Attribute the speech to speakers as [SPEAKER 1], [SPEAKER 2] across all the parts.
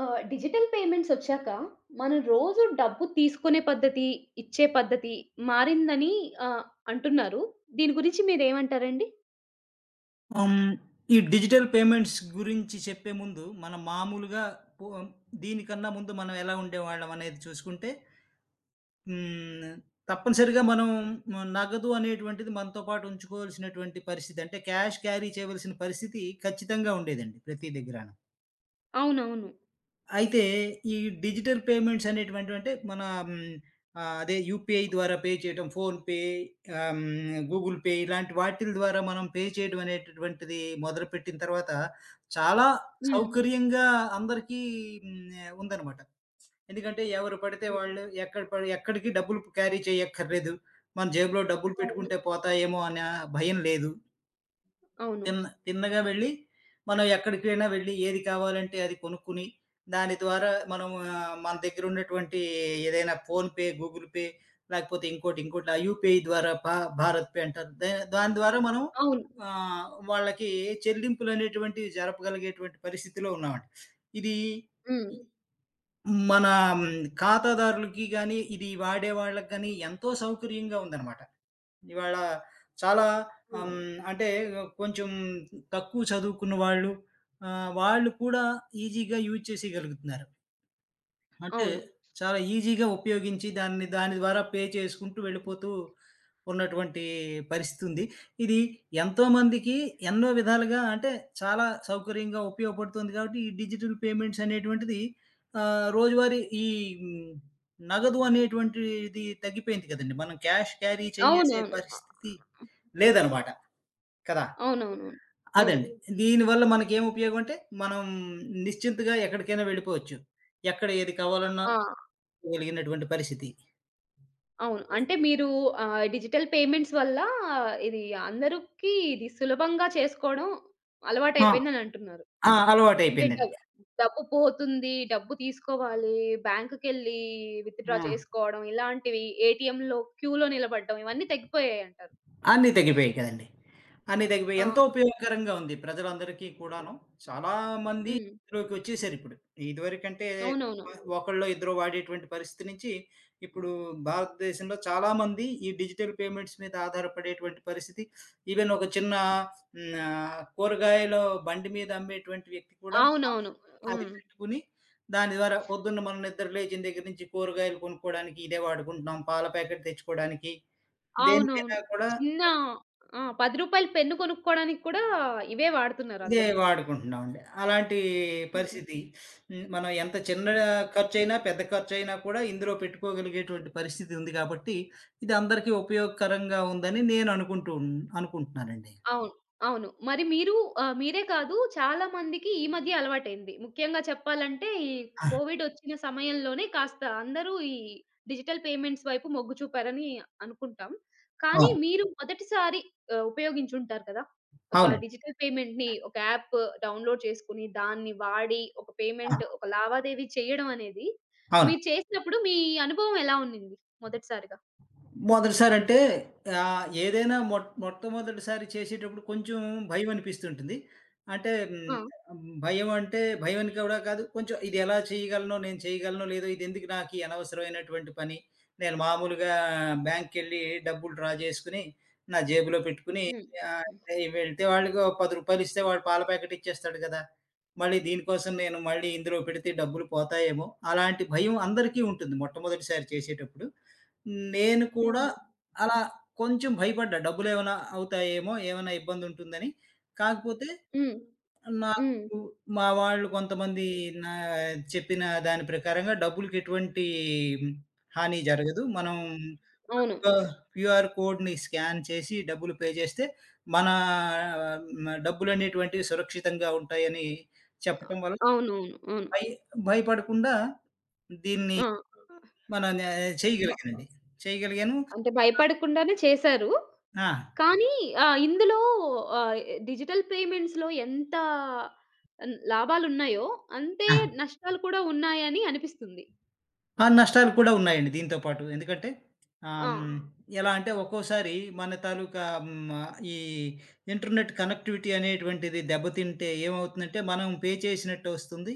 [SPEAKER 1] Digital payments ఒచ్చాక, మనం రోజు డబ్బు తీసుకునే పద్ధతి, ఇచ్చే పద్ధతి మారిందని ఆహ్, అంటున్నారు. దీని గురించి మీరేమంటారండి?
[SPEAKER 2] హ్మ్. ఈ డిజిటల్ పేమెంట్స్ గురించి చెప్పే ముందు, మనం మామూలుగా పో దీనికన్నా ముందు మనం ఎలా ఉండేవాళ్ళం అనేది చూసుకుంటే, హ్మ్. తప్పనిసరిగా మనం నగదు అనేటువంటిది మనతో పాటు ఉంచుకోవాల్సినటువంటి పరిస్థితి. అంటే క్యాష్ క్యారీ చేయవలసిన పరిస్థితి ఖచ్చితంగా ఉండేదండి ప్రతి దగ్గరాను.
[SPEAKER 1] అవునవును.
[SPEAKER 2] అయితే ఈ డిజిటల్ పేమెంట్స్ అనేటువంటివి అంటే మన హ్మ్, అదే యూపీఐ ద్వారా పే చేయటం, ఫోన్‌పే, గూగుల్ పే ఇలాంటి వాటిల ద్వారా మనం పే చేయడం అనేటటువంటిది మొదలుపెట్టిన తర్వాత చాలా
[SPEAKER 1] హ్మ్.
[SPEAKER 2] సౌకర్యంగా అందరికీ హ్మ్, ఉందనమాట. ఎందుకంటే ఎవరు పడితే వాళ్ళు ఎక్కడ పడి ఎక్కడికి డబ్బులు క్యారీ చేయక్కర్లేదు. మన జేబులో డబ్బులు
[SPEAKER 1] అవును.
[SPEAKER 2] పెట్టుకుంటే పోతాయేమో అనే భయం లేదు.
[SPEAKER 1] అవును.
[SPEAKER 2] తిన్నగా వెళ్ళి, మనం ఎక్కడికైనా వెళ్ళి ఏది కావాలంటే అది కొనుక్కొని, దాని ద్వారా మనం మన దగ్గర ఉన్నటువంటి ఏదైనా ఫోన్‌పే, గూగుల్ పే లేకపోతే ఇంకోటి ఆ యూపీఐ ద్వారా భారత్ పే అంటారు. దాని ద్వారా మనం
[SPEAKER 1] అవును.
[SPEAKER 2] వాళ్ళకి చెల్లింపులనేటువంటివి జరపగలిగేటువంటి పరిస్థితిలో ఉన్నామండి. ఇది
[SPEAKER 1] హ్మ్.
[SPEAKER 2] హ్మ్. మన మ్, ఖాతాదారులకి గాని, ఇది వాడే వాళ్ళకి గాని ఎంతో సౌకర్యంగా ఉందనమాట. ఇవాళ చాలా
[SPEAKER 1] ఆ!
[SPEAKER 2] అంటే కొంచెం తక్కువ చదువుకున్న వాళ్ళు వాళ్ళు కూడా ఈజీగా యూజ్ చేసేయగలుగుతున్నారు. అంటే
[SPEAKER 1] అవును.
[SPEAKER 2] చాలా ఈజీగా ఉపయోగించి దాన్ని దాని ద్వారా పే చేసుకుంటూ వెళ్ళిపోతూ ఉన్నటువంటి పరిస్థితి ఉంది. ఇది ఎంతోమందికి ఎన్నో విధాలుగా అంటే చాలా సౌకర్యంగా ఉపయోగపడుతుంది కాబట్టి ఈ డిజిటల్ పేమెంట్స్ అనేటువంటిది రోజువారీ ఈ హ్మ్, నగదు అనేటువంటిది తగ్గిపోయింది కదండీ. మనం క్యాష్ క్యారీ చేసే
[SPEAKER 1] అవునవును.
[SPEAKER 2] పరిస్థితి లేదనమాట. కదా!
[SPEAKER 1] అవునవునవును. అవును.
[SPEAKER 2] అదండి. దీనివల్ల మనకేం ఉపయోగం అంటే మనం నిశ్చింతగా ఎక్కడికైనా వెళ్ళిపోవచ్చు. ఎక్కడ ఏది కావాలన్నా
[SPEAKER 1] ఆ!
[SPEAKER 2] కలిగినటువంటి పరిస్థితి.
[SPEAKER 1] అవును. అంటే మీరు డిజిటల్ పేమెంట్స్ వల్ల ఇది అందరికి ఇది సులభంగా చేసుకోవడం
[SPEAKER 2] Okay.
[SPEAKER 1] అలవాటయిపోయిందని అంటున్నారు.
[SPEAKER 2] అలవాటు
[SPEAKER 1] అంటే
[SPEAKER 2] అయిపోయిందండి.
[SPEAKER 1] డబ్బు పోతుంది. డబ్బు తీసుకోవాలి. బ్యాంక్‌కెళ్ళి విత్‌డ్రా చేసుకోవడం ఇలాంటివి ఏటీఎంలో క్యూలో నిలబడ్డం ఇవన్నీ తగ్గిపోయాయంటారు.
[SPEAKER 2] అన్నీ తగ్గిపోయాయి కదండి అనేది
[SPEAKER 1] ఆ!
[SPEAKER 2] ఎంతో ఉపయోగకరంగా ఉంది ప్రజలందరికీ కూడాను. చాలా మంది
[SPEAKER 1] హ్మ్.
[SPEAKER 2] ఇందులోకి వచ్చేసారు ఇప్పుడు. ఇదివరకంటే
[SPEAKER 1] అవునవును.
[SPEAKER 2] ఒకళ్ళో ఇద్దరో వాడేటువంటి పరిస్థితి నుంచి ఇప్పుడు భారతదేశంలో చాలామంది ఈ డిజిటల్ పేమెంట్స్ మీద ఆధారపడేటువంటి పరిస్థితి. ఈవెన్ ఒక చిన్న కూరగాయలు బండి మీద అమ్మేటువంటి వ్యక్తి కూడా
[SPEAKER 1] అవునవును.
[SPEAKER 2] అది
[SPEAKER 1] హ్మ్.
[SPEAKER 2] పెట్టుకొని దాని ద్వారా పొద్దున్న మనం నిద్ర లేచిన దగ్గర నుంచి కూరగాయలు కొనుక్కోవడానికి ఇదే వాడుకుంటున్నాం. పాల ప్యాకెట్ తెచ్చుకోవడానికి,
[SPEAKER 1] అవునవును.
[SPEAKER 2] దేనికైనా కూడా
[SPEAKER 1] చిన్న ఆ! రూ. 10 పెన్ను కొనుక్కోవడానికి కూడా ఇవే
[SPEAKER 2] ఇదే
[SPEAKER 1] వాడుతున్నారందరూ.
[SPEAKER 2] వాడుకుంటున్నామండి. అలాంటి
[SPEAKER 1] హ్మ్.
[SPEAKER 2] పరిస్థితి. హ్మ్. మనం ఎంత చిన్న ఖర్చయినా, పెద్ద ఖర్చయినా కూడా ఇందులో పెట్టుకోగలిగేటువంటి పరిస్థితి ఉంది కాబట్టి, ఇది అందరికీ ఉపయోగకరంగా ఉందని నేను అనుకుంటున్నానండి.
[SPEAKER 1] అవును. అవును. మరి మీరు మీరే కాదు చాలా మందికి ఈ మధ్య అలవాటైంది. ముఖ్యంగా చెప్పాలంటే ఈ
[SPEAKER 2] ఆ!
[SPEAKER 1] కోవిడొచ్చిన సమయంలోనే కాస్త అందరూ ఈ డిజిటల్ పేమెంట్స్ వైపు మొగ్గు చూపారని అనుకుంటాం.
[SPEAKER 2] ఆ!
[SPEAKER 1] కానీ మీరు మొదటిసారి ఉపయోగించుంటారు కదా! ఒక
[SPEAKER 2] అవునండి.
[SPEAKER 1] డిజిటల్ పేమెంట్‌ని ఒక యాప్ డౌన్‌లోడ్ చేసుకొని, దాన్ని వాడి ఒక
[SPEAKER 2] ఆ!
[SPEAKER 1] పేమెంట్, ఒక లావాదేవీ చేయడం అనేది
[SPEAKER 2] అవును.
[SPEAKER 1] మీరు చేసినప్పుడు మీ అనుభవం ఎలా ఉండింది మొదటిసారిగా?
[SPEAKER 2] మొదటిసారి అంటే ఏదైనా మొట్టమొదటిసారి చేసేటప్పుడు కొంచెం భయం అనిపిస్తుంటుంది. అంటే
[SPEAKER 1] ఆ!
[SPEAKER 2] భయం అంటే భయం అని కూడా కాదు. కొంచెం ఇది ఎలా చేయగలనో, నేను చేయగలనో లేదో, ఇదెందుకు నాకు ఈ అనవసరమైనటువంటి పని. నేను మామూలుగా బ్యాంక్‌కెళ్ళి డబ్బులు డ్రా చేసుకొని, నా జేబులో పెట్టుకొని
[SPEAKER 1] హ్మ్.
[SPEAKER 2] ఆహ్, ఎ వెళ్తే వాడికి ఓ రూ. 10 ఇస్తే వాడు పాల ప్యాకెట్ ఇచ్చేస్తాడు కదా! మళ్ళీ దీనికోసం నేను మళ్ళీ ఇందులో పెడితే డబ్బులు పోతాయేమో! అలాంటి భయం అందరికీ ఉంటుంది మొట్టమొదటిసారి చేసేటప్పుడు. నేను కూడా
[SPEAKER 1] హ్మ్.
[SPEAKER 2] అలా
[SPEAKER 1] హ్మ్.
[SPEAKER 2] కొంచెం భయపడ్డా. డబ్బులేమైనా అవుతాయేమో! ఏమైనా ఇబ్బందుంటుందని. కాకపోతే
[SPEAKER 1] హ్మ్. హ్మ్.
[SPEAKER 2] నాకు మా వాళ్ళు కొంతమంది నా చెప్పిన దాని ప్రకారంగా డబ్బులకి ఎటువంటి హాని జరగదు. మనం
[SPEAKER 1] అవును.
[SPEAKER 2] ఆహ్, క్యూఆర్ కోడ్‌ని స్కాన్ చేసి డబ్బులు పే చేస్తే మన డబ్బులనేటువంటివి సురక్షితంగా ఉంటాయని
[SPEAKER 1] ఆ!
[SPEAKER 2] చెప్పటం వల్ల
[SPEAKER 1] అవునవును. అవును.
[SPEAKER 2] భయ భయపడకుండా దీన్ని
[SPEAKER 1] ఆ!
[SPEAKER 2] మనం
[SPEAKER 1] బ
[SPEAKER 2] చేయగలిగానండి. చేయగలిగాను.
[SPEAKER 1] అంటే భయపడకుండానే చేశారు.
[SPEAKER 2] ఆ!
[SPEAKER 1] కానీ ఇందులో ఆహ్, డిజిటల్ పేమెంట్స్‌లో ఎంత లాభాలున్నాయో అంతే
[SPEAKER 2] ఆ!
[SPEAKER 1] నష్టాలు కూడా ఉన్నాయని అనిపిస్తుంది.
[SPEAKER 2] ఆ! నష్టాలు కూడా ఉన్నాయండి దీనితో పాటు. ఎందుకంటే ఆహ్,
[SPEAKER 1] ఆ!
[SPEAKER 2] హ్మ్, ఎలా అంటే ఒక్కోసారి మన తాలూకా ఈ ఇంటర్నెట్ కనెక్టివిటీ అనేటువంటిది దెబ్బతింటే ఏమవుతుందంటే మనం పే చేసినట్టు వస్తుంది.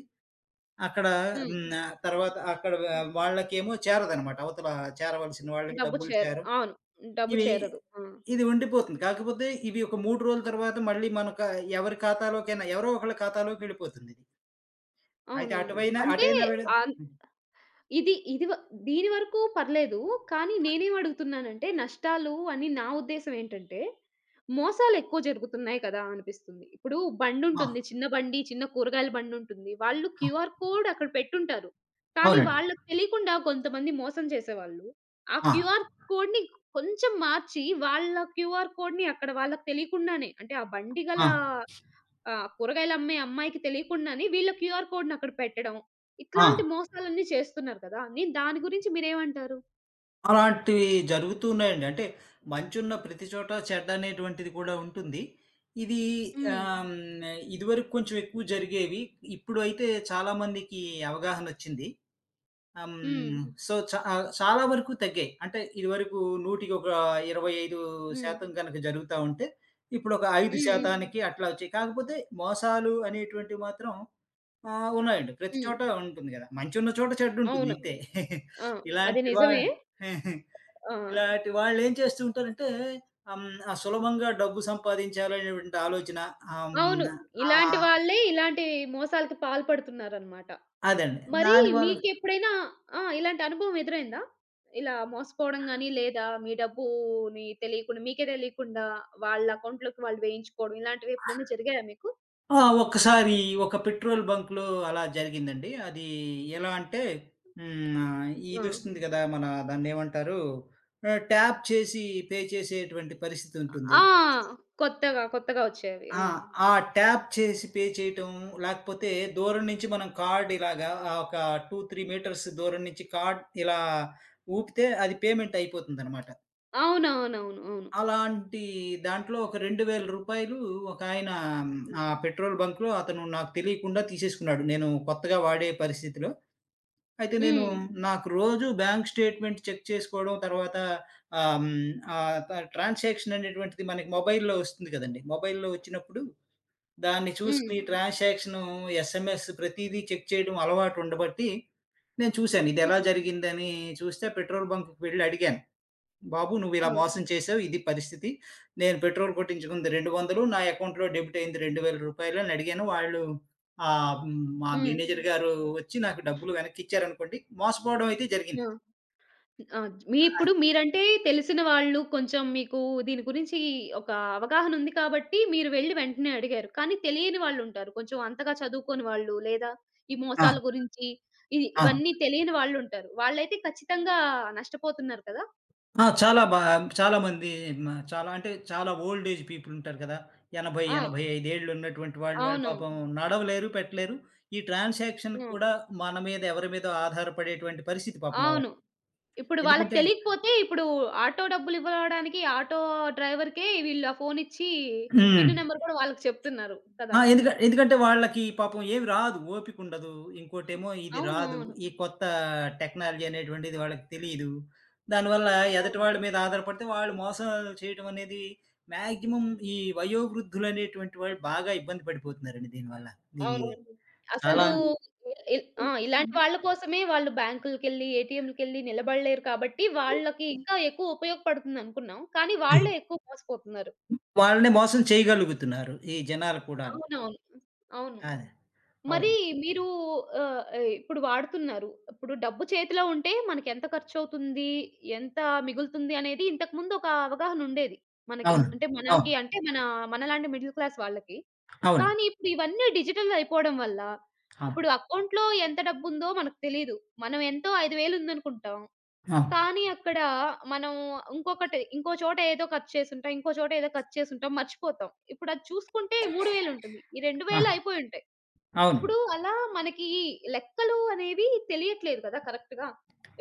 [SPEAKER 2] అక్కడ
[SPEAKER 1] హ్మ్.
[SPEAKER 2] తర్వాత అక్కడ
[SPEAKER 1] హ్మ్.
[SPEAKER 2] వాళ్ళకేమో చేరదనమాట. అవతల చేరవలసిన వాళ్ళకి
[SPEAKER 1] డబ్బు
[SPEAKER 2] డబ్బులు
[SPEAKER 1] చేర
[SPEAKER 2] చేరవు.
[SPEAKER 1] అవును. డబ్బు
[SPEAKER 2] ఇవి
[SPEAKER 1] చేరదు. ఆ!
[SPEAKER 2] ఇది ఉండిపోతుంది. కాకపోతే ఇవి ఒక 3 రోజుల తర్వాత మళ్ళీ మనక ఎవరి ఖాతాలోకైనా ఎవరో ఒకళ్ళ ఖాతాలోకెళ్ళిపోతుందిది. అయితే
[SPEAKER 1] అవునవును.
[SPEAKER 2] అటువైనా
[SPEAKER 1] అంటే
[SPEAKER 2] అటైనా
[SPEAKER 1] ఆన్ ఇది ఇది దీని వరకు పర్లేదు. కానీ నేనేం అడుగుతున్నానంటే నష్టాలు అని నా ఉద్దేశ్యం ఏంటంటే, మోసాలెక్కువ జరుగుతున్నాయి కదా! అనిపిస్తుంది. ఇప్పుడు
[SPEAKER 2] ఆ!
[SPEAKER 1] బండుంటుంది. చిన్న బండి, చిన్న కూరగాయల బండుంటుంది. వాళ్ళు క్యూఆర్ కోడ్ అక్కడ పెట్టుంటారు. కానీ
[SPEAKER 2] అవునండి.
[SPEAKER 1] వాళ్ళకి తెలియకుండా కొంతమంది మోసం చేసేవాళ్ళు, ఆ
[SPEAKER 2] ఆ!
[SPEAKER 1] క్యూఆర్ కోడ్‌ని కొంచెం మార్చి వాళ్ళ క్యూఆర్ కోడ్‌ని అక్కడ వాళ్ళకి తెలియకుండానే అంటే ఆ బండి
[SPEAKER 2] ఆ!
[SPEAKER 1] ఆ! కూరగాయలమ్మే అమ్మాయికి తెలియకుండానే వీళ్ళ క్యూఆర్ కోడ్‌ని అక్కడ పెట్టడం.
[SPEAKER 2] ఆ!
[SPEAKER 1] ఇట్లాంటి మోసాలన్నీ చేస్తున్నారు కదా! నేను దాని గురించి మీరేమంటారు?
[SPEAKER 2] అలాంటివి జరుగుతూ ఉన్నాయండి. అంటే మంచున్న ప్రతి చోట చెడ్డనేటువంటిది కూడా ఉంటుంది. ఇది ఆహ్,
[SPEAKER 1] హ్మ్.
[SPEAKER 2] హ్మ్, ఇదివరకు కొంచెం ఎక్కువ జరిగేవి. ఇప్పుడు అయితే చాలా మందికి అవగాహనొచ్చింది.
[SPEAKER 1] హ్మ్.
[SPEAKER 2] సో, చాలా వరకు తగ్గాయి. అంటే ఇదివరకు నూటికి ఒక
[SPEAKER 1] హ్మ్.
[SPEAKER 2] 25% గనక జరుగుతా ఉంటే, ఇప్పుడొక
[SPEAKER 1] హ్మ్.
[SPEAKER 2] 5%
[SPEAKER 1] హ్మ్.
[SPEAKER 2] అట్లా వచ్చాయి. కాకపోతే మోసాలు అనేటువంటివి మాత్రం ఉన్నాయండి. ప్రతి
[SPEAKER 1] హ్మ్.
[SPEAKER 2] చోట ఉంటుంది గదా! మంచున్న చోట చెడ్డుంటుంది
[SPEAKER 1] అవును.
[SPEAKER 2] ఇంతే.
[SPEAKER 1] ఆ! అది
[SPEAKER 2] ఇలాంటి వా
[SPEAKER 1] నిజమే. ఆ!
[SPEAKER 2] ఇలాంటి వాళ్ళేం చేస్తూ ఉంటారంటే, ఆహ్, హ్మ్. ఆ సులభంగా డబ్బు సంపాదించాలనేటువంటి ఆలోచన. ఆహ్,
[SPEAKER 1] అవును.
[SPEAKER 2] హ్మ్.
[SPEAKER 1] ఇలాంటి
[SPEAKER 2] ఆహ్,
[SPEAKER 1] వాళ్ళే ఇలాంటి మోసాలకి పాల్పడుతున్నారనమాట.
[SPEAKER 2] అదండి.
[SPEAKER 1] మరి
[SPEAKER 2] దానివల్ల
[SPEAKER 1] మీకెప్పుడైనా ఆ! ఇలాంటి అనుభవం ఎదురైందా? ఇలా మోసపోవడం గాని, లేదా మీ డబ్బుని తెలియకుండా మీకే తెలియకుండా వాళ్ళ అకౌంట్‌లోకి వాళ్ళు వేయించుకోవడం ఇలాంటివి ఎప్పుడైనా జరిగాయా మీకు?
[SPEAKER 2] ఆ! ఒక్కసారి ఒక పెట్రోల్ బంక్‌లో అలా జరిగిందండి. అది ఎలా అంటే హ్మ్.
[SPEAKER 1] ఆ!
[SPEAKER 2] ఇదొస్తుంది కదా! మన దాన్నేమంటారు? ట్యాప్ చేసి పే చేసేటువంటి పరిస్థితుంటుంది.
[SPEAKER 1] ఆ! కొత్తగా, కొత్తగా వచ్చేవి. ఆ!
[SPEAKER 2] ఆ! ఆ ట్యాప్ చేసి పే చేయటం, లేకపోతే దూరం నుంచి మనం కార్డ్ ఇలాగా ఒక 2, 3 మీటర్స్ దూరం నుంచి కార్డ్ ఇలా ఊపితే అది పేమెంట్ అయిపోతుందనమాట.
[SPEAKER 1] అవునవునవును. అవును.
[SPEAKER 2] అలాంటి దాంట్లో ఒక రూ. 2,000 ఒకాయన ఆ పెట్రోల్ బంక్‌లో అతను నాకు తెలియకుండా తీసేసుకున్నాడు. నేను కొత్తగా వాడే పరిస్థితిలో. అయితే నేను
[SPEAKER 1] హ్మ్.
[SPEAKER 2] నాకు రోజు బ్యాంక్ స్టేట్‌మెంట్ చెక్ చేసుకోవడం, తర్వాత ఆహ్, హ్మ్, ఆహ్, త ట్రాన్సాక్షన్ అనేటువంటిది మనకి మొబైల్‌లో వస్తుంది కదండీ! మొబైల్‌లో వచ్చినప్పుడు దాన్ని
[SPEAKER 1] హ్మ్.
[SPEAKER 2] చూసుకొని ట్రాన్సాక్షను, ఎస్ఎంఎస్ ప్రతీదీ చెక్ చేయడం అలవాటు ఉండబట్టి, నేను చూశాను.
[SPEAKER 1] హ్మ్.
[SPEAKER 2] ఇదెలా
[SPEAKER 1] హ్మ్.
[SPEAKER 2] జరిగిందని చూస్తే పెట్రోల్ బంక్‌కి వెళ్లి అడిగాను. బాబు
[SPEAKER 1] ఆ!
[SPEAKER 2] నువ్విలా మోసం చేశావు. ఇది పరిస్థితి. నేను పెట్రోల్ కొట్టించుకుంది 200 నా అకౌంట్‌లో డెబిట్ అయింది రూ. 2,000 అని అడిగాను. వాళ్ళు మా
[SPEAKER 1] హ్మ్.
[SPEAKER 2] మేనేజర్ గారు వచ్చి నాకు డబ్బులు వెనక్కిచ్చారనుకోండి. మోసపోవడం అయితే జరిగింది.
[SPEAKER 1] ఆ! ఆ! మీ ఇప్పుడు మీరంటే తెలిసిన వాళ్ళు కొంచెం మీకు దీని గురించి ఒక అవగాహన ఉంది కాబట్టి మీరు వెళ్లి వెంటనే అడిగారు. కానీ తెలియని వాళ్ళుంటారు. కొంచెం అంతగా చదువుకోని వాళ్ళు లేదా ఈ
[SPEAKER 2] ఆ!
[SPEAKER 1] మోసాల గురించి
[SPEAKER 2] ఆ!
[SPEAKER 1] ఇవన్నీ తెలియని వాళ్ళుంటారు. వాళ్ళైతే ఖచ్చితంగా నష్టపోతున్నారు కదా!
[SPEAKER 2] ఆ! చాలామంది చాలా అంటే చాలా ఓల్డ్ ఏజ్ పీపుల్ ఉంటారు కదా! 80,
[SPEAKER 1] ఆ!
[SPEAKER 2] 85 ఏళ్ళు ఉన్నటువంటి వాళ్ళు, వాళ్ళు
[SPEAKER 1] అవునవును.
[SPEAKER 2] పాపం నడవలేరు, పెట్టలేరు. ఈ ట్రాన్సాక్షన్‌కి
[SPEAKER 1] హ్మ్.
[SPEAKER 2] కూడా మన మీద ఎవరి మీదో ఆధారపడేటువంటి పరిస్థితి పాపం
[SPEAKER 1] అవును.
[SPEAKER 2] వాళ్ళకి.
[SPEAKER 1] ఇప్పుడు వాళ్ళకి
[SPEAKER 2] ఎందుకంటే
[SPEAKER 1] తెలియకపోతే ఇప్పుడు ఆటో డబ్బులివ్వడానికి ఆటో డ్రైవర్‌కే వీళ్ళు ఆ ఫోన్ ఇచ్చి
[SPEAKER 2] హ్మ్.
[SPEAKER 1] పిన్ నంబర్ కూడా వాళ్ళకి చెప్తున్నారు
[SPEAKER 2] ఆ!
[SPEAKER 1] కదా!
[SPEAKER 2] ఎందుకంటే వాళ్ళకి పాపం ఏమి రాదు. ఓపికుండదు. ఇంకోటేమో ఇది
[SPEAKER 1] అవును.
[SPEAKER 2] రాదు.
[SPEAKER 1] అవును.
[SPEAKER 2] ఈ కొత్త టెక్నాలజీ అనేటువంటిది వాళ్ళకి తెలీదు. దానివల్ల ఎదుటి
[SPEAKER 1] అవును.
[SPEAKER 2] వాళ్ళ మీద ఆధారపడితే వాళ్ళు మోసాలు చేయటం అనేది
[SPEAKER 1] హ్మ్.
[SPEAKER 2] మాక్సిమం ఈ వయోవృద్ధులనేటువంటి వాళ్ళు బాగా ఇబ్బంది పడిపోతున్నారండి దీనివల్ల. ఈ
[SPEAKER 1] అవును.
[SPEAKER 2] అవును. చాలా
[SPEAKER 1] అసలు
[SPEAKER 2] అవును.
[SPEAKER 1] ఇ ఆ! ఇలాంటి వాళ్ళ కోసమే వాళ్ళు బ్యాంకులకెళ్ళి, ఏటీఎంలకెళ్ళి నిలబడలేరు కాబట్టి వాళ్ళకి ఇంకా ఎక్కువ ఉపయోగపడుతుందనుకున్నాం. కానీ వాళ్ళే ఎక్కువ మోసపోతున్నారు.
[SPEAKER 2] వాళ్ళని మోసం చేయగలుగుతున్నారు ఈ జనాలు కూడాను.
[SPEAKER 1] అవునవును. అవును.
[SPEAKER 2] అదే.
[SPEAKER 1] మరి
[SPEAKER 2] అవును.
[SPEAKER 1] మీరు ఆహ్, ఆహ్, ఇప్పుడు వాడుతున్నారు. ఇప్పుడు డబ్బు చేతిలో ఉంటే మనకెంత ఖర్చవుతుంది? ఎంత మిగులుతుంది? అనేది ఇంతకుముందు ఒక అవగాహనుండేది మనకి.
[SPEAKER 2] అవును.
[SPEAKER 1] అంటే
[SPEAKER 2] అవును.
[SPEAKER 1] మనకి అంటే మన మనలాంటి మిడిల్ క్లాస్ వాళ్ళకి.
[SPEAKER 2] అవును.
[SPEAKER 1] కానీ ఇప్పుడు ఇవన్నీ డిజిటల్ అయిపోవడం వల్ల
[SPEAKER 2] అవును.
[SPEAKER 1] ఇప్పుడు అకౌంట్‌లో ఎంత డబ్బుందో మనకు తెలీదు. మనం ఎంతో 5,000 ఉందనుకుంటాం.
[SPEAKER 2] అవును.
[SPEAKER 1] కానీ అక్కడ మనం ఇంకొకటి ఇంకో చోట ఏదో ఖర్చు చేసుంటాం. ఇంకో చోట ఏదో ఖర్చు చేసుంటాం. మర్చిపోతాం. ఇప్పుడు అది చూసుకుంటే 3,000 ఉంటుంది. ఈ 2,000
[SPEAKER 2] ఆ!
[SPEAKER 1] అయిపోయుంటాయి.
[SPEAKER 2] అవును.
[SPEAKER 1] ఇప్పుడు అలా మనకి లెక్కలు అనేవి తెలియట్లేదు కదా కరెక్ట్‌గా.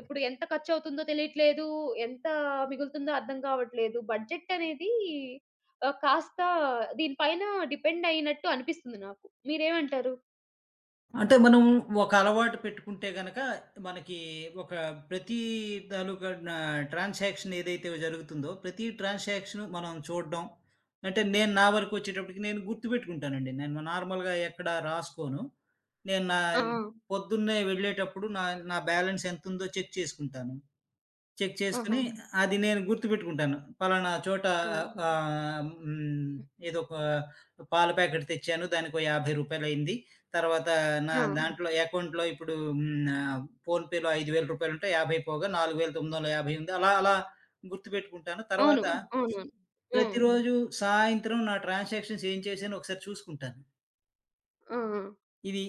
[SPEAKER 1] ఇప్పుడు ఎంత ఖర్చవుతుందో తెలియట్లేదు. ఎంత మిగులుతుందో అర్థం కావట్లేదు. బడ్జెట్ అనేది కాస్త దీని పైన డిపెండ్ అయినట్టు అనిపిస్తుంది నాకు. మీరేమంటారు?
[SPEAKER 2] అంటే మనం ఒక అలవాటు పెట్టుకుంటే గనక మనకి ఒక ప్రతి తాలూకా నా ట్రాన్సాక్షన్ ఏదైతే జరుగుతుందో, ప్రతి ట్రాన్సాక్షన్ మనం చూడడం. అంటే నేను నా వరకు వచ్చేటప్పటికి నేను గుర్తుపెట్టుకుంటానండి. నేను నార్మల్‌గా ఎక్కడ రాసుకోను. నేను నా
[SPEAKER 1] ఆ! ఆ!
[SPEAKER 2] పొద్దున్నే వెళ్ళేటప్పుడు నా నా బ్యాలెన్స్ ఎంతుందో చెక్ చేసుకుంటాను. చెక్
[SPEAKER 1] ఆహా!
[SPEAKER 2] చేసుకొని అది నేను గుర్తుపెట్టుకుంటాను. పలానా చోట
[SPEAKER 1] ఆ!
[SPEAKER 2] ఆహ్, హ్మ్. ఏదో ఒక పాల ప్యాకెట్ తెచ్చాను. దానికో రూ. 50 అయింది. తర్వాత నా
[SPEAKER 1] ఆ!
[SPEAKER 2] దాంట్లో అకౌంట్‌లో ఇప్పుడు ఫోన్‌పేలో రూ. 5,000 ఉంటే 50 పోగా 4,950 ఉంది. అలా అలా గుర్తుపెట్టుకుంటాను.
[SPEAKER 1] అవును.
[SPEAKER 2] తర్వాత హ్మ్. హ్మ్.
[SPEAKER 1] అవునవును. హ్మ్.
[SPEAKER 2] ప్రతిరోజు సాయంత్రం నా ట్రాన్సాక్షన్స్ ఏం చేశానో ఒకసారి చూసుకుంటాను.
[SPEAKER 1] ఆ! ఆ!
[SPEAKER 2] ఇది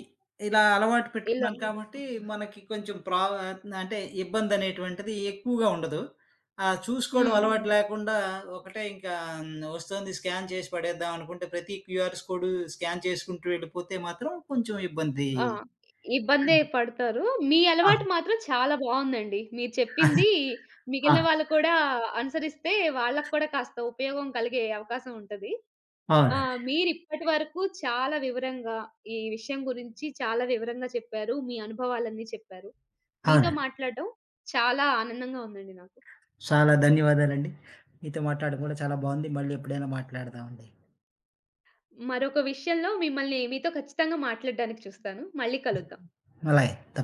[SPEAKER 2] ఇలా అలవాటు
[SPEAKER 1] ఇలా
[SPEAKER 2] పెట్టుకున్నాను కాబట్టి మనకి కొంచెం అంటే ఇబ్బందనేటువంటిది ఎక్కువగా ఉండదు. ఆ చూసుకోవడం
[SPEAKER 1] హ్మ్.
[SPEAKER 2] అలవాటు లేకుండా ఒకటే ఇంకా వస్తోంది స్కాన్ చేసి పడేద్దాం అనుకుంటే ప్రతి క్యూఆర్‌స్ కోడ్ స్కాన్ చేసుకుంటూ వెళ్ళిపోతే మాత్రం కొంచెం ఇబ్బంది.
[SPEAKER 1] ఆ! ఇబ్బందే పడతారు. మీ అలవాటు
[SPEAKER 2] అది.
[SPEAKER 1] మాత్రం చాలా బావుందండి. మీరు చెప్పింది
[SPEAKER 2] ఆ!
[SPEAKER 1] మిగిలిన
[SPEAKER 2] ఆ!
[SPEAKER 1] వాళ్ళు కూడా అనుసరిస్తే వాళ్ళకి కూడా కాస్త ఉపయోగం కలిగే అవకాశం ఉంటది. ఆ!
[SPEAKER 2] అవునండి.
[SPEAKER 1] మీరిప్పటి వరకు చాలా వివరంగా ఈ విషయం గురించి చాలా వివరంగా చెప్పారు. మీ అనుభవాలన్నీ చెప్పారు. మీతో
[SPEAKER 2] అవునండి.
[SPEAKER 1] మాట్లాడడం చాలా ఆనందంగా ఉందండి నాకు.
[SPEAKER 2] చాలా ధన్యవాదాలండి. మీతో మాట్లాడడం కూడా చాలా బావుంది. మళ్ళీ ఎప్పుడైనా మాట్లాడదామండి.
[SPEAKER 1] మరొక విషయంలో మిమ్మల్ని మీతో ఖచ్చితంగా మాట్లాడడానికి చూస్తాను. మళ్ళీ కలుద్దాం.
[SPEAKER 2] అలాగే.